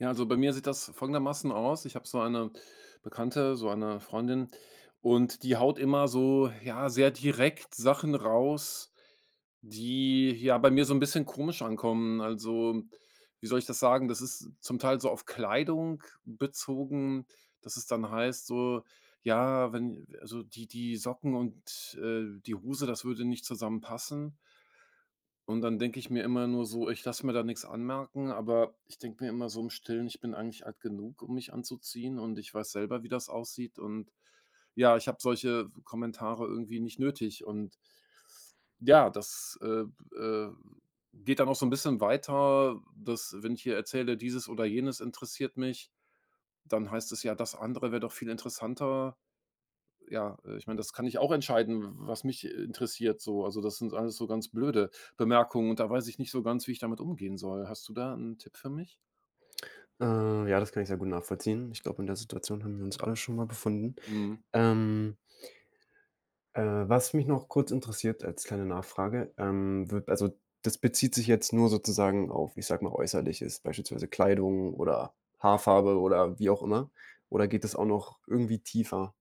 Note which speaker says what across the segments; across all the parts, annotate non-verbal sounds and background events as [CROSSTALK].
Speaker 1: Ja, also bei mir sieht das folgendermaßen aus. Ich habe so eine Bekannte, so eine Freundin und die haut immer so, ja, sehr direkt Sachen raus, die ja bei mir so ein bisschen komisch ankommen. Also, wie soll ich das sagen? Das ist zum Teil so auf Kleidung bezogen, dass es dann heißt so: „Ja, wenn also die Socken und, die Hose, das würde nicht zusammenpassen." Und dann denke ich mir immer nur so, ich lasse mir da nichts anmerken, aber ich denke mir immer so im Stillen, ich bin eigentlich alt genug, um mich anzuziehen und ich weiß selber, wie das aussieht, und ja, ich habe solche Kommentare irgendwie nicht nötig, und ja, das, äh, äh, geht dann auch so ein bisschen weiter, dass, wenn ich hier erzähle, dieses oder jenes interessiert mich, dann heißt es, ja, das andere wäre doch viel interessanter. Ja, ich meine, das kann ich auch entscheiden, was mich interessiert, so. Also, das sind alles so ganz blöde Bemerkungen, und da weiß ich nicht so ganz, wie ich damit umgehen soll. Hast du da einen Tipp für mich?
Speaker 2: Ja, das kann ich sehr gut nachvollziehen. Ich glaube, in der Situation haben wir uns alle schon mal befunden.
Speaker 1: Mhm.
Speaker 2: Ähm, äh, Was mich noch kurz interessiert als kleine Nachfrage, wird also das bezieht sich jetzt nur sozusagen auf, ich sage mal, Äußerliches, beispielsweise Kleidung oder Haarfarbe oder wie auch immer? Oder geht das auch noch irgendwie tiefer?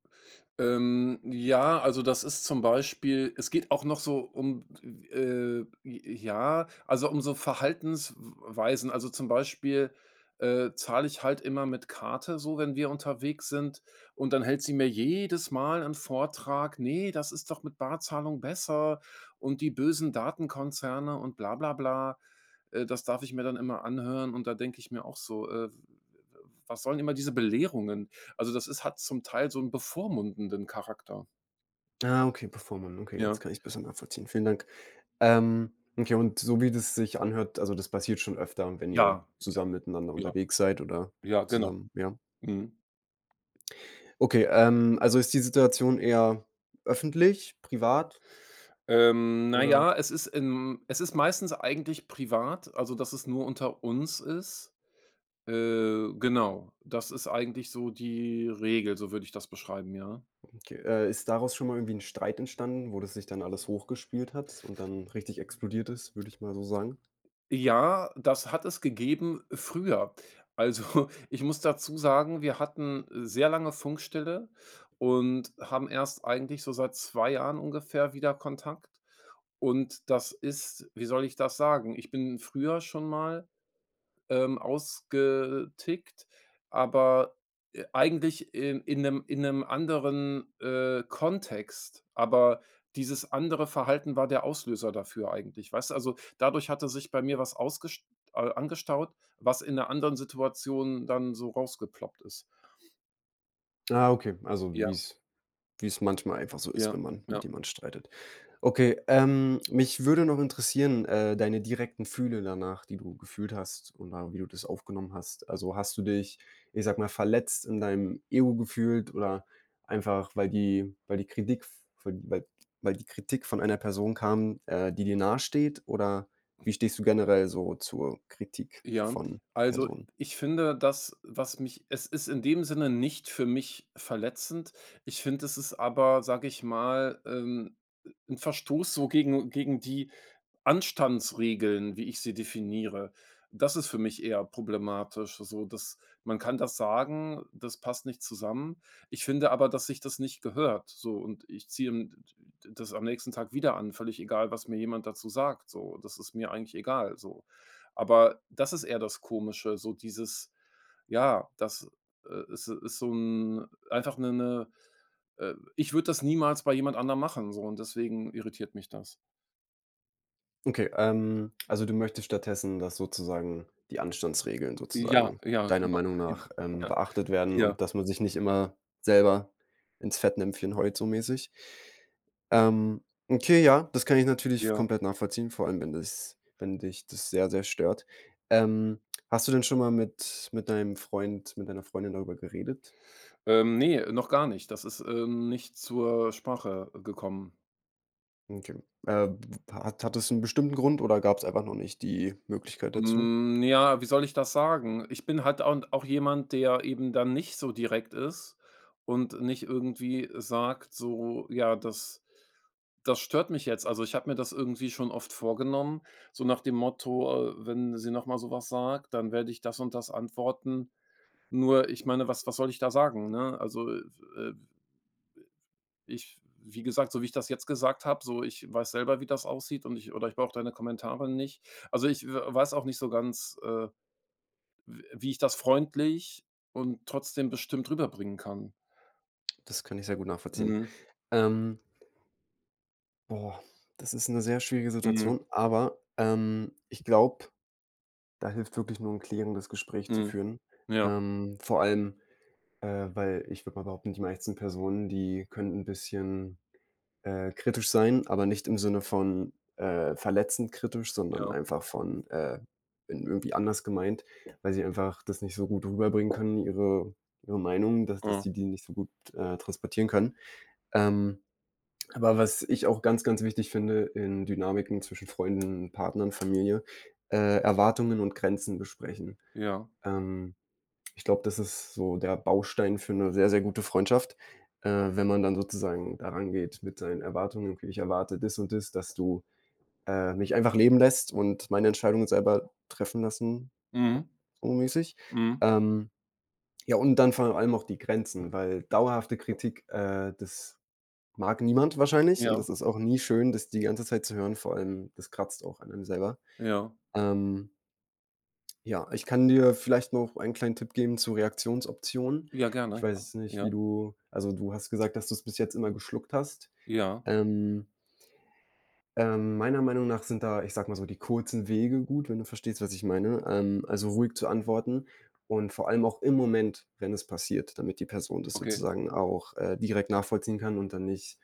Speaker 1: Ja, also das ist zum Beispiel, es geht auch noch so um, äh, ja, also um so Verhaltensweisen. Also zum Beispiel, zahle ich halt immer mit Karte so, wenn wir unterwegs sind, und dann hält sie mir jedes Mal einen Vortrag: „Ne, das ist doch mit Barzahlung besser und die bösen Datenkonzerne und bla bla bla." Das darf ich mir dann immer anhören, und da denke ich mir auch so: Was sollen immer diese Belehrungen?" Also, das ist, hat zum Teil so 'n bevormundenden Charakter.
Speaker 2: Ah, okay, Performance. Okay, jetzt
Speaker 1: Ja.
Speaker 2: kann ich es besser nachvollziehen. Vielen Dank. Okay, und so wie das sich anhört, also das passiert schon öfter, wenn ihr
Speaker 1: Ja, ja.
Speaker 2: zusammen miteinander
Speaker 1: Ja,
Speaker 2: unterwegs seid oder
Speaker 1: ja, genau.
Speaker 2: zusammen, ja?
Speaker 1: Mhm.
Speaker 2: Okay, also ist die Situation eher öffentlich, privat
Speaker 1: Na
Speaker 2: oder?
Speaker 1: ja, es ist es ist meistens eigentlich privat, also, dass es nur unter uns ist. Genau, das ist eigentlich so die Regel, so würde ich das beschreiben, ja.
Speaker 2: Okay, ist daraus schon mal irgendwie ein Streit entstanden, wo das sich dann alles hochgespielt hat und dann richtig explodiert ist, würde ich mal so sagen?
Speaker 1: Ja, das hat es gegeben früher. Also, [LAUGHS] ich muss dazu sagen, wir hatten sehr lange Funkstille und haben erst eigentlich so seit 2 Jahren ungefähr wieder Kontakt. Und das ist, wie soll ich das sagen? Ich bin früher schon mal ausgetickt, aber, eigentlich in 'nem anderen, Kontext. Aber dieses andere Verhalten war der Auslöser dafür eigentlich, weißt du? Also, dadurch hatte sich bei mir was ausgest angestaut, was in einer anderen Situation dann so rausgeploppt ist.
Speaker 2: Ah, okay, also
Speaker 1: Ja,
Speaker 2: wie es manchmal einfach so ist,
Speaker 1: ja,
Speaker 2: wenn man
Speaker 1: ja.
Speaker 2: mit jemand streitet. Okay, mich würde noch interessieren, deine direkten Fühle danach, die du gefühlt hast oder wie du das aufgenommen hast. Also, hast du dich, ich sage mal, verletzt in deinem Ego gefühlt oder einfach, weil die weil weil Kritik von einer Person kam, die dir nahesteht? Oder wie stehst du generell so zur Kritik
Speaker 1: Ja,
Speaker 2: von
Speaker 1: also
Speaker 2: Personen?
Speaker 1: ich finde das, was mich es ist in dem Sinne nicht für mich verletzend. Ich finde, es ist aber, sage ich mal, 'n Verstoß so gegen die Anstandsregeln, wie ich sie definiere. Das ist für mich eher problematisch, so dass man kann das sagen, das passt nicht zusammen. Ich finde aber, dass sich das nicht gehört, so, und ich ziehe m das am nächsten Tag wieder an, völlig egal, was mir jemand dazu sagt, so. Das ist mir eigentlich egal, so. Aber das ist eher das Komische, so dieses ja, das, ist so ein einfach eine. Ich würde das niemals bei jemand anderem machen, so, und deswegen irritiert mich das.
Speaker 2: Okay, also du möchtest stattdessen, dass sozusagen die Anstandsregeln
Speaker 1: Ja,
Speaker 2: sozusagen
Speaker 1: ja,
Speaker 2: deiner
Speaker 1: genau.
Speaker 2: Meinung nach,
Speaker 1: Ja,
Speaker 2: beachtet werden
Speaker 1: ja,
Speaker 2: und dass man sich nicht immer selber ins Fettnäpfchen heult, so mäßig. Ähm, okay, ja, das kann ich
Speaker 1: ja,
Speaker 2: natürlich
Speaker 1: ja.
Speaker 2: komplett nachvollziehen, vor allem wenn dich das sehr, sehr stört. Ähm, Hast du denn schon mal mit deinem Freund mit deiner Freundin darüber geredet?
Speaker 1: Ne, noch gar nicht. Das ist, nicht zur Sprache gekommen.
Speaker 2: Okay. Äh, hat es einen bestimmten Grund oder gab es einfach noch nicht die Möglichkeit dazu?
Speaker 1: Hm, ja, wie soll ich das sagen? Ich bin halt auch jemand, der eben dann nicht so direkt ist und nicht irgendwie sagt so: „Ja, das stört mich jetzt." Also, ich habe mir das irgendwie schon oft vorgenommen, so nach dem Motto, „Wenn sie noch mal so sagt, dann werde ich das und das antworten." Nur, ich meine, was soll ich da sagen, ne? Also, äh, ich, wie gesagt, so wie ich das jetzt gesagt habe, so, ich weiß selber, wie das aussieht, und ich brauche deine Kommentare nicht. Also, ich w weiß auch nicht so ganz, w wie ich das freundlich und trotzdem bestimmt rüberbringen kann.
Speaker 2: Das kann ich sehr gut nachvollziehen.
Speaker 1: Mhm.
Speaker 2: Ähm Boah, das ist eine sehr schwierige
Speaker 1: Mhm.
Speaker 2: Situation, aber, ich glaube, da hilft wirklich nur ein klärendes Gespräch zu
Speaker 1: Mhm.
Speaker 2: führen.
Speaker 1: Ja,
Speaker 2: Vor allem, weil ich würde mal behaupten, die meisten Personen, die können ein bisschen, kritisch sein, aber nicht im Sinne von, verletzend kritisch, sondern
Speaker 1: ja,
Speaker 2: einfach von, in irgendwie anders gemeint, weil sie einfach das nicht so gut rüberbringen können, ihre Meinung, dass
Speaker 1: ah,
Speaker 2: sie die nicht so gut, transportieren können. Ähm aber was ich auch ganz, ganz wichtig finde in Dynamiken zwischen Freunden, Partnern, Familie, Erwartungen und Grenzen besprechen.
Speaker 1: ja.
Speaker 2: Ähm, Ich glaube, das ist so der Baustein für eine sehr, sehr gute Freundschaft, wenn man dann sozusagen da rangeht mit seinen Erwartungen: „Okay, ich erwarte das und das, dass du, mich einfach leben lässt und meine Entscheidungen selber treffen lassen",
Speaker 1: Mhm.
Speaker 2: so mäßig.
Speaker 1: Mhm.
Speaker 2: Ähm, ja, und dann vor allem auch die Grenzen, weil dauerhafte Kritik, das mag niemand wahrscheinlich und
Speaker 1: Ja,
Speaker 2: das ist auch nie schön, das die ganze Zeit zu hören, vor allem das kratzt auch an einem selber.
Speaker 1: ja.
Speaker 2: Ähm, ja, ich kann dir vielleicht noch einen kleinen Tipp geben zu Reaktionsoptionen.
Speaker 1: Ja, gerne,
Speaker 2: Ich weiß
Speaker 1: ja.
Speaker 2: jetzt nicht,
Speaker 1: Ja,
Speaker 2: wie du also, du hast gesagt, dass du's bis jetzt immer geschluckt hast.
Speaker 1: ja.
Speaker 2: Ähm, Meiner Meinung nach sind da, ich sage mal so, die kurzen Wege gut, wenn du verstehst, was ich meine. Also, ruhig zu antworten und vor allem auch im Moment, wenn es passiert, damit die Person das
Speaker 1: Okay.
Speaker 2: sozusagen auch, direkt nachvollziehen kann und dann nicht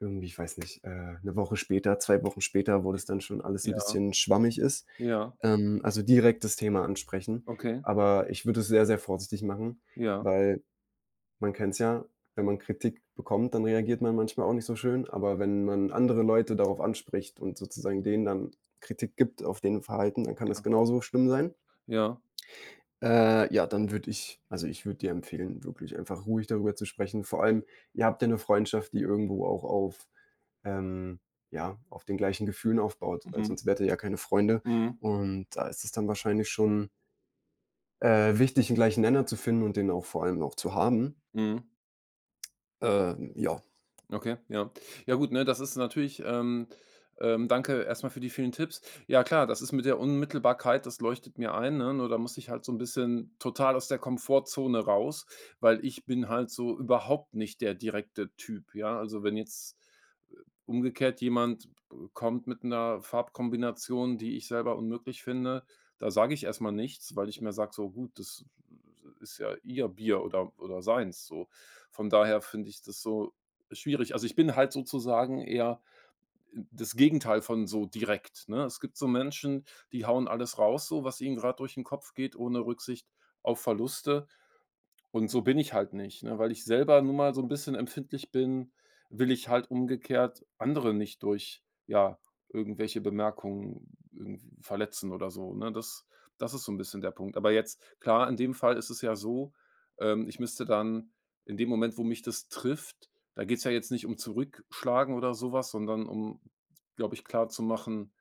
Speaker 2: irgendwie, ich weiß nicht, 1 Woche später, 2 Wochen später, wo das dann schon alles ein
Speaker 1: Ja,
Speaker 2: bisschen schwammig ist.
Speaker 1: ja.
Speaker 2: Also direkt das Thema ansprechen.
Speaker 1: Okay.
Speaker 2: Aber ich würde es sehr, sehr vorsichtig machen,
Speaker 1: Ja,
Speaker 2: weil man kennt es ja, wenn man Kritik bekommt, dann reagiert man manchmal auch nicht so schön. Aber wenn man andere Leute darauf anspricht und sozusagen denen dann Kritik gibt auf deren Verhalten, dann kann das
Speaker 1: ja,
Speaker 2: genauso schlimm sein.
Speaker 1: ja.
Speaker 2: Ja, dann würde ich also, ich würde dir empfehlen, wirklich einfach ruhig darüber zu sprechen. Vor allem, ihr habt ja eine Freundschaft, die irgendwo auch ähm, ja, auf den gleichen Gefühlen aufbaut, weil
Speaker 1: Mhm.
Speaker 2: sonst wärt ihr ja keine Freunde.
Speaker 1: Mhm.
Speaker 2: Und da ist es dann wahrscheinlich schon, wichtig, 'n gleichen Nenner zu finden und den auch vor allem auch zu haben.
Speaker 1: Mhm.
Speaker 2: Ja,
Speaker 1: Okay, ja. Ja gut, ne, das ist natürlich danke erstmal für die vielen Tipps. Ja klar, das ist mit der Unmittelbarkeit, das leuchtet mir ein, ne? Nur da muss ich halt so ein bisschen total aus der Komfortzone raus, weil ich bin halt so überhaupt nicht der direkte Typ, ja? Also, wenn jetzt umgekehrt jemand kommt mit einer Farbkombination, die ich selber unmöglich finde, da sage ich erstmal nichts, weil ich mir sage: „So gut, das ist ja ihr Bier oder seins, so." Von daher finde ich das so schwierig. Also, ich bin halt sozusagen eher das Gegenteil von so direkt, ne? Es gibt so Menschen, die hauen alles raus so, was ihnen gerade durch den Kopf geht, ohne Rücksicht auf Verluste. Und so bin ich halt nicht, ne? Weil ich selber nun mal so 'n bisschen empfindlich bin, will ich halt umgekehrt andere nicht durch, ja, irgendwelche Bemerkungen irgendwie verletzen oder so, ne? Das ist so 'n bisschen der Punkt. Aber jetzt klar, in dem Fall ist es ja so, ich müsste dann in dem Moment, wo mich das trifft, da geht's ja jetzt nicht um Zurückschlagen oder so was, sondern um, glaube ich, klarzumachen,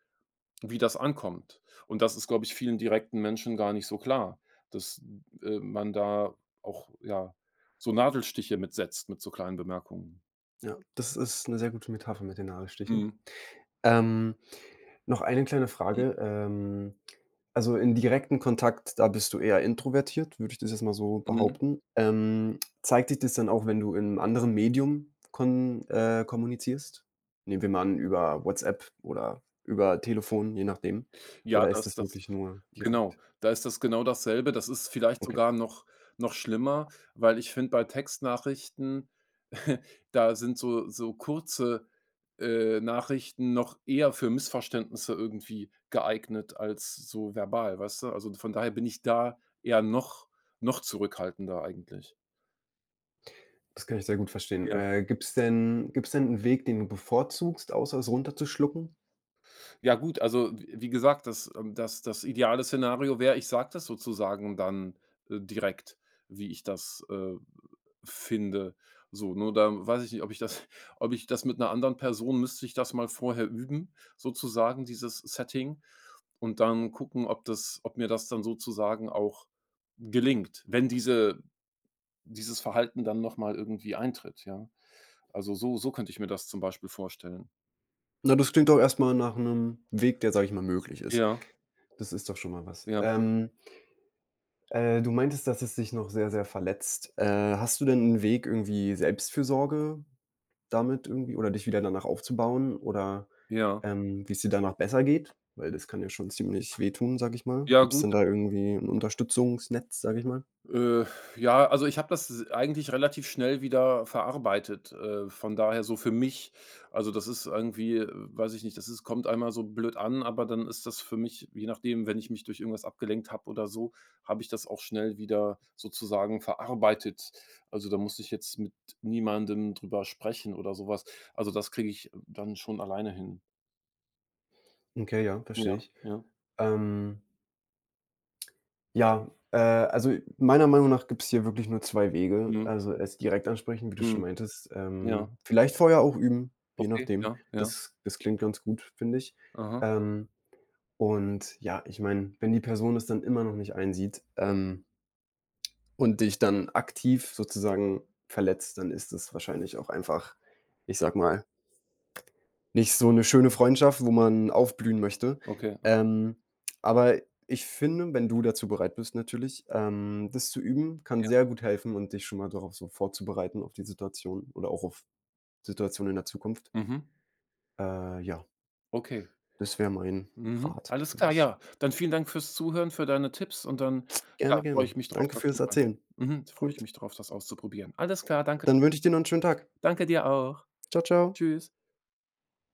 Speaker 1: wie das ankommt. Und das ist, glaube ich, vielen direkten Menschen gar nicht so klar, dass, man da auch, ja, so Nadelstiche mitsetzt mit so kleinen Bemerkungen.
Speaker 2: ja, das ist eine sehr gute Metapher mit den Nadelstichen.
Speaker 1: Mhm,
Speaker 2: Ähm Noch eine kleine Frage. Also, in direkten Kontakt, da bist du eher introvertiert, würde ich das jetzt mal so
Speaker 1: mhm.
Speaker 2: behaupten. Zeigt sich das dann auch, wenn du in 'nem anderen Medium kon kommunizierst? Nehmen wir mal an, über WhatsApp oder über Telefon, je nachdem.
Speaker 1: Ja,
Speaker 2: Oder ist
Speaker 1: das
Speaker 2: das
Speaker 1: das
Speaker 2: wirklich nur
Speaker 1: genau,
Speaker 2: direkt?
Speaker 1: da ist das genau dasselbe. Das ist vielleicht
Speaker 2: Okay,
Speaker 1: sogar noch schlimmer, weil ich finde, bei Textnachrichten, [LAUGHS] da sind so so kurze, Nachrichten noch eher für Missverständnisse irgendwie geeignet als so verbal, weißt du? Also, von daher bin ich da eher noch zurückhaltender eigentlich.
Speaker 2: das kann ich sehr gut verstehen. Gibt's denn einen Weg, den du bevorzugst, außer es runterzuschlucken?
Speaker 1: Ja gut, also w wie gesagt, das ideale Szenario wäre, ich sage das sozusagen dann, direkt, wie ich das, finde. So, nur da weiß ich nicht, ob ich das [LAUGHS] ob ich das mit einer anderen Person müsste ich das mal vorher üben, sozusagen dieses Setting, und dann gucken, ob das ob mir das dann sozusagen auch gelingt, wenn dieses Verhalten dann noch mal irgendwie eintritt, ja? Also, so so könnte ich mir das zum Beispiel vorstellen.
Speaker 2: Na, das klingt doch erst mal nach einem Weg, der, sage ich mal, möglich ist.
Speaker 1: Ja,
Speaker 2: Das ist doch schon mal was.
Speaker 1: ja,
Speaker 2: Du meintest, dass es dich noch sehr, sehr verletzt. Hast du denn einen Weg, irgendwie Selbstfürsorge damit irgendwie oder dich wieder danach aufzubauen oder,
Speaker 1: ja.
Speaker 2: wie es dir danach besser geht? Weil das kann ja schon ziemlich wehtun, sag ich mal.
Speaker 1: Ja
Speaker 2: Gibt es
Speaker 1: gut,
Speaker 2: denn da irgendwie ein Unterstützungsnetz, sag ich mal?
Speaker 1: Äh, ja, also ich habe das eigentlich relativ schnell wieder verarbeitet. Von daher so für mich, also das ist irgendwie, weiß ich nicht, kommt einmal so blöd an, aber dann ist das für mich, je nachdem, wenn ich mich durch irgendwas abgelenkt habe oder so, habe ich das auch schnell wieder sozusagen verarbeitet. Also da muss ich jetzt mit niemandem drüber sprechen oder sowas. Also das kriege ich dann schon alleine hin.
Speaker 2: Okay, ja,
Speaker 1: Ja,
Speaker 2: verstehe ich.
Speaker 1: ja.
Speaker 2: Ähm, ja, also, meiner Meinung nach gibt es hier wirklich nur 2 Wege.
Speaker 1: Mhm,
Speaker 2: Also, es direkt ansprechen, wie du
Speaker 1: mhm,
Speaker 2: schon meintest,
Speaker 1: ja.
Speaker 2: vielleicht vorher auch üben, je
Speaker 1: Okay,
Speaker 2: nachdem.
Speaker 1: ja, ja.
Speaker 2: Das klingt ganz gut, finde ich.
Speaker 1: Aha,
Speaker 2: Ähm Und ja, ich meine, wenn die Person es dann immer noch nicht einsieht, und dich dann aktiv sozusagen verletzt, dann ist es wahrscheinlich auch einfach, ich sag mal, nicht so eine schöne Freundschaft, wo man aufblühen möchte.
Speaker 1: okay.
Speaker 2: Ähm, aber ich finde, wenn du dazu bereit bist natürlich, das zu üben, kann sehr
Speaker 1: Ja.
Speaker 2: gut helfen und dich schon mal darauf so vorzubereiten auf die Situation oder auch auf Situationen in der Zukunft.
Speaker 1: Mhm.
Speaker 2: Ja,
Speaker 1: Okay.
Speaker 2: das wäre mein
Speaker 1: Mhm.
Speaker 2: Rat
Speaker 1: Alles
Speaker 2: an
Speaker 1: klar,
Speaker 2: dich.
Speaker 1: ja. Dann vielen Dank fürs Zuhören, für deine Tipps und dann, ja,
Speaker 2: Gerne,
Speaker 1: freue ich
Speaker 2: gerne.
Speaker 1: mich drauf,
Speaker 2: Danke
Speaker 1: das
Speaker 2: fürs
Speaker 1: schon mal
Speaker 2: Erzählen.
Speaker 1: mhm, freue ich
Speaker 2: Gut.
Speaker 1: mich drauf, das auszuprobieren. Alles klar, danke.
Speaker 2: Dann wünsche ich dir noch einen schönen Tag.
Speaker 1: Danke dir auch.
Speaker 2: Ciao, ciao.
Speaker 1: Tschüss.